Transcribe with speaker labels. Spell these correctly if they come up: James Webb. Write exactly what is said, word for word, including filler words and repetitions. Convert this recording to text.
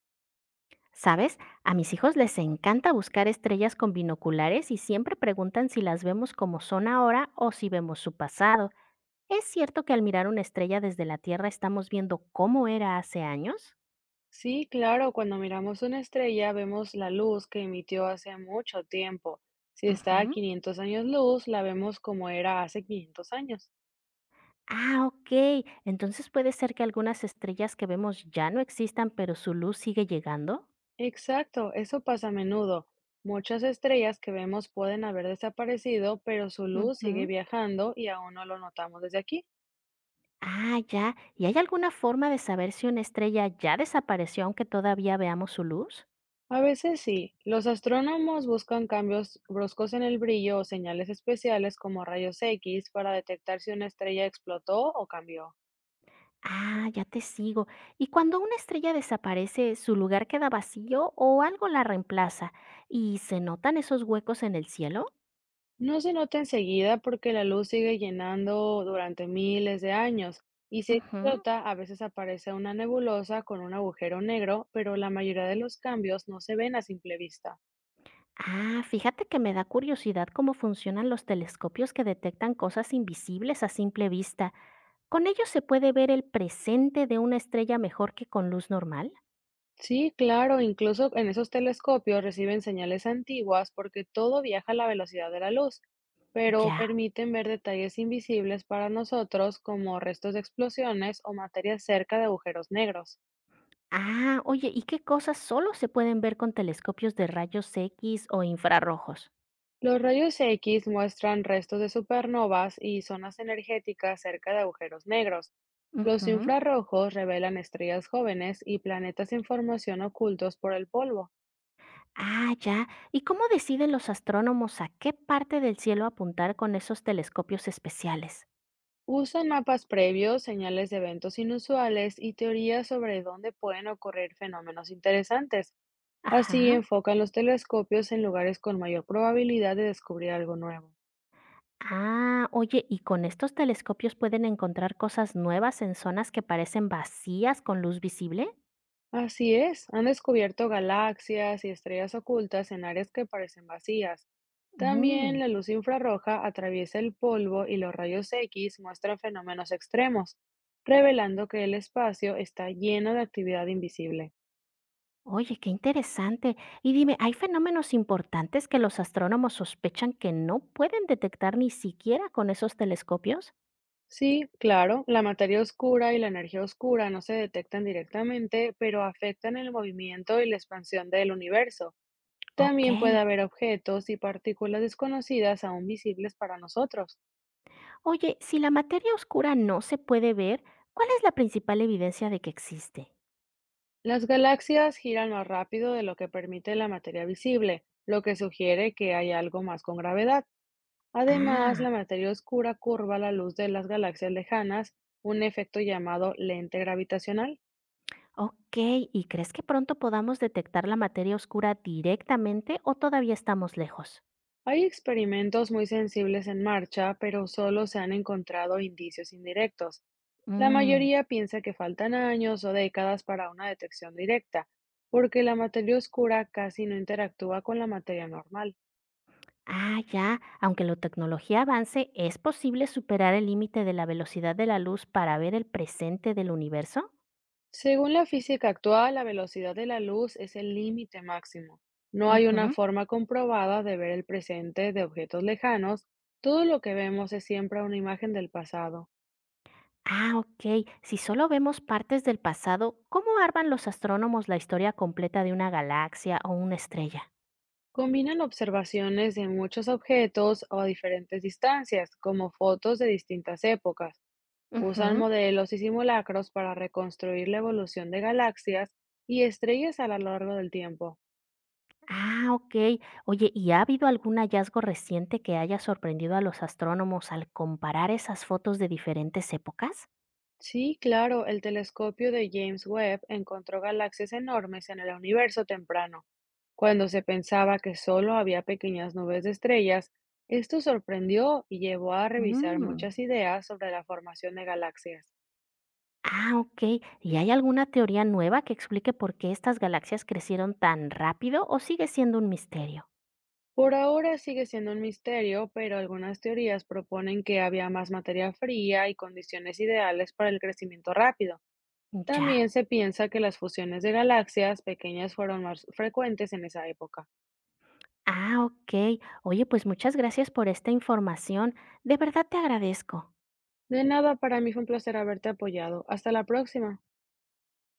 Speaker 1: ¿Sabes? A mis hijos les encanta buscar estrellas con binoculares y siempre preguntan si las vemos como son ahora o si vemos su pasado. ¿Es cierto que al mirar una estrella desde la Tierra estamos viendo cómo era hace años?
Speaker 2: Sí, claro, cuando miramos una estrella vemos la luz que emitió hace mucho tiempo. Si está a
Speaker 1: Ujú.
Speaker 2: quinientos años luz, la vemos como era hace quinientos años.
Speaker 1: Ah, ok. Entonces puede ser que algunas estrellas que vemos ya no existan, pero su luz sigue llegando.
Speaker 2: Exacto, eso pasa a menudo. Muchas estrellas que vemos pueden haber desaparecido, pero su luz sigue
Speaker 1: Ujú.
Speaker 2: viajando y aún no lo notamos desde aquí.
Speaker 1: Ah, ya. ¿Y hay alguna forma de saber si una estrella ya desapareció aunque todavía veamos su luz?
Speaker 2: A veces sí, los astrónomos buscan cambios bruscos en el brillo o señales especiales como rayos X para detectar si una estrella explotó o cambió.
Speaker 1: Ah, ya te sigo. ¿Y cuando una estrella desaparece, su lugar queda vacío o algo la reemplaza? ¿Y se notan esos huecos en el cielo?
Speaker 2: No se nota enseguida porque la luz sigue llenando durante miles de años y si
Speaker 1: Ujú.
Speaker 2: explota, a veces aparece una nebulosa con un agujero negro, pero la mayoría de los cambios no se ven a simple vista.
Speaker 1: Ah, fíjate que me da curiosidad cómo funcionan los telescopios que detectan cosas invisibles a simple vista. ¿Con ellos se puede ver el presente de una estrella mejor que con luz normal?
Speaker 2: Sí, claro, incluso en esos telescopios reciben señales antiguas porque todo viaja a la velocidad de la luz, pero
Speaker 1: Ya.
Speaker 2: permiten ver detalles invisibles para nosotros como restos de explosiones o materia cerca de agujeros negros.
Speaker 1: Ah, oye, ¿y qué cosas solo se pueden ver con telescopios de rayos X o infrarrojos?
Speaker 2: Los rayos X muestran restos de supernovas y zonas energéticas cerca de agujeros negros. Los
Speaker 1: Ujú.
Speaker 2: infrarrojos revelan estrellas jóvenes y planetas en formación ocultos por el polvo.
Speaker 1: Ah, ya. ¿Y cómo deciden los astrónomos a qué parte del cielo apuntar con esos telescopios especiales?
Speaker 2: Usan mapas previos, señales de eventos inusuales y teorías sobre dónde pueden ocurrir fenómenos interesantes. Así
Speaker 1: Ajá.
Speaker 2: enfocan los telescopios en lugares con mayor probabilidad de descubrir algo nuevo.
Speaker 1: Ah, oye, ¿y con estos telescopios pueden encontrar cosas nuevas en zonas que parecen vacías con luz visible?
Speaker 2: Así es, han descubierto galaxias y estrellas ocultas en áreas que parecen vacías. También
Speaker 1: Mm,
Speaker 2: la luz infrarroja atraviesa el polvo y los rayos X muestran fenómenos extremos, revelando que el espacio está lleno de actividad invisible.
Speaker 1: oye, qué interesante. Y dime, ¿hay fenómenos importantes que los astrónomos sospechan que no pueden detectar ni siquiera con esos telescopios?
Speaker 2: Sí, claro, la materia oscura y la energía oscura no se detectan directamente, pero afectan el movimiento y la expansión del universo.
Speaker 1: Ok.
Speaker 2: También puede haber objetos y partículas desconocidas aún visibles para nosotros.
Speaker 1: Oye, si la materia oscura no se puede ver, ¿cuál es la principal evidencia de que existe?
Speaker 2: Las galaxias giran más rápido de lo que permite la materia visible, lo que sugiere que hay algo más con gravedad. Además,
Speaker 1: Ah,
Speaker 2: la materia oscura curva la luz de las galaxias lejanas, un efecto llamado lente gravitacional.
Speaker 1: ok. ¿Y crees que pronto podamos detectar la materia oscura directamente o todavía estamos lejos?
Speaker 2: Hay experimentos muy sensibles en marcha, pero solo se han encontrado indicios indirectos. La
Speaker 1: Mm.
Speaker 2: mayoría piensa que faltan años o décadas para una detección directa, porque la materia oscura casi no interactúa con la materia normal.
Speaker 1: Ah, ya. Aunque la tecnología avance, ¿es posible superar el límite de la velocidad de la luz para ver el presente del universo?
Speaker 2: Según la física actual, la velocidad de la luz es el límite máximo. No hay una
Speaker 1: Ujú.
Speaker 2: forma comprobada de ver el presente de objetos lejanos. Todo lo que vemos es siempre una imagen del pasado.
Speaker 1: Ah, ok. Si solo vemos partes del pasado, ¿cómo arman los astrónomos la historia completa de una galaxia o una estrella?
Speaker 2: Combinan observaciones de muchos objetos o a diferentes distancias, como fotos de distintas épocas. Usan
Speaker 1: Ujú.
Speaker 2: modelos y simulacros para reconstruir la evolución de galaxias y estrellas a lo largo del tiempo.
Speaker 1: Ah, ok. Oye, ¿y ha habido algún hallazgo reciente que haya sorprendido a los astrónomos al comparar esas fotos de diferentes épocas?
Speaker 2: Sí, claro, el telescopio de James Webb encontró galaxias enormes en el universo temprano, cuando se pensaba que solo había pequeñas nubes de estrellas. Esto sorprendió y llevó a revisar
Speaker 1: Mm.
Speaker 2: muchas ideas sobre la formación de galaxias.
Speaker 1: Ah, ok. ¿Y hay alguna teoría nueva que explique por qué estas galaxias crecieron tan rápido o sigue siendo un misterio?
Speaker 2: Por ahora sigue siendo un misterio, pero algunas teorías proponen que había más materia fría y condiciones ideales para el crecimiento rápido. También
Speaker 1: Ya.
Speaker 2: se piensa que las fusiones de galaxias pequeñas fueron más frecuentes en esa época.
Speaker 1: Ah, ok. Oye, pues muchas gracias por esta información. De verdad te agradezco.
Speaker 2: De nada, para mí fue un placer haberte apoyado. Hasta la próxima.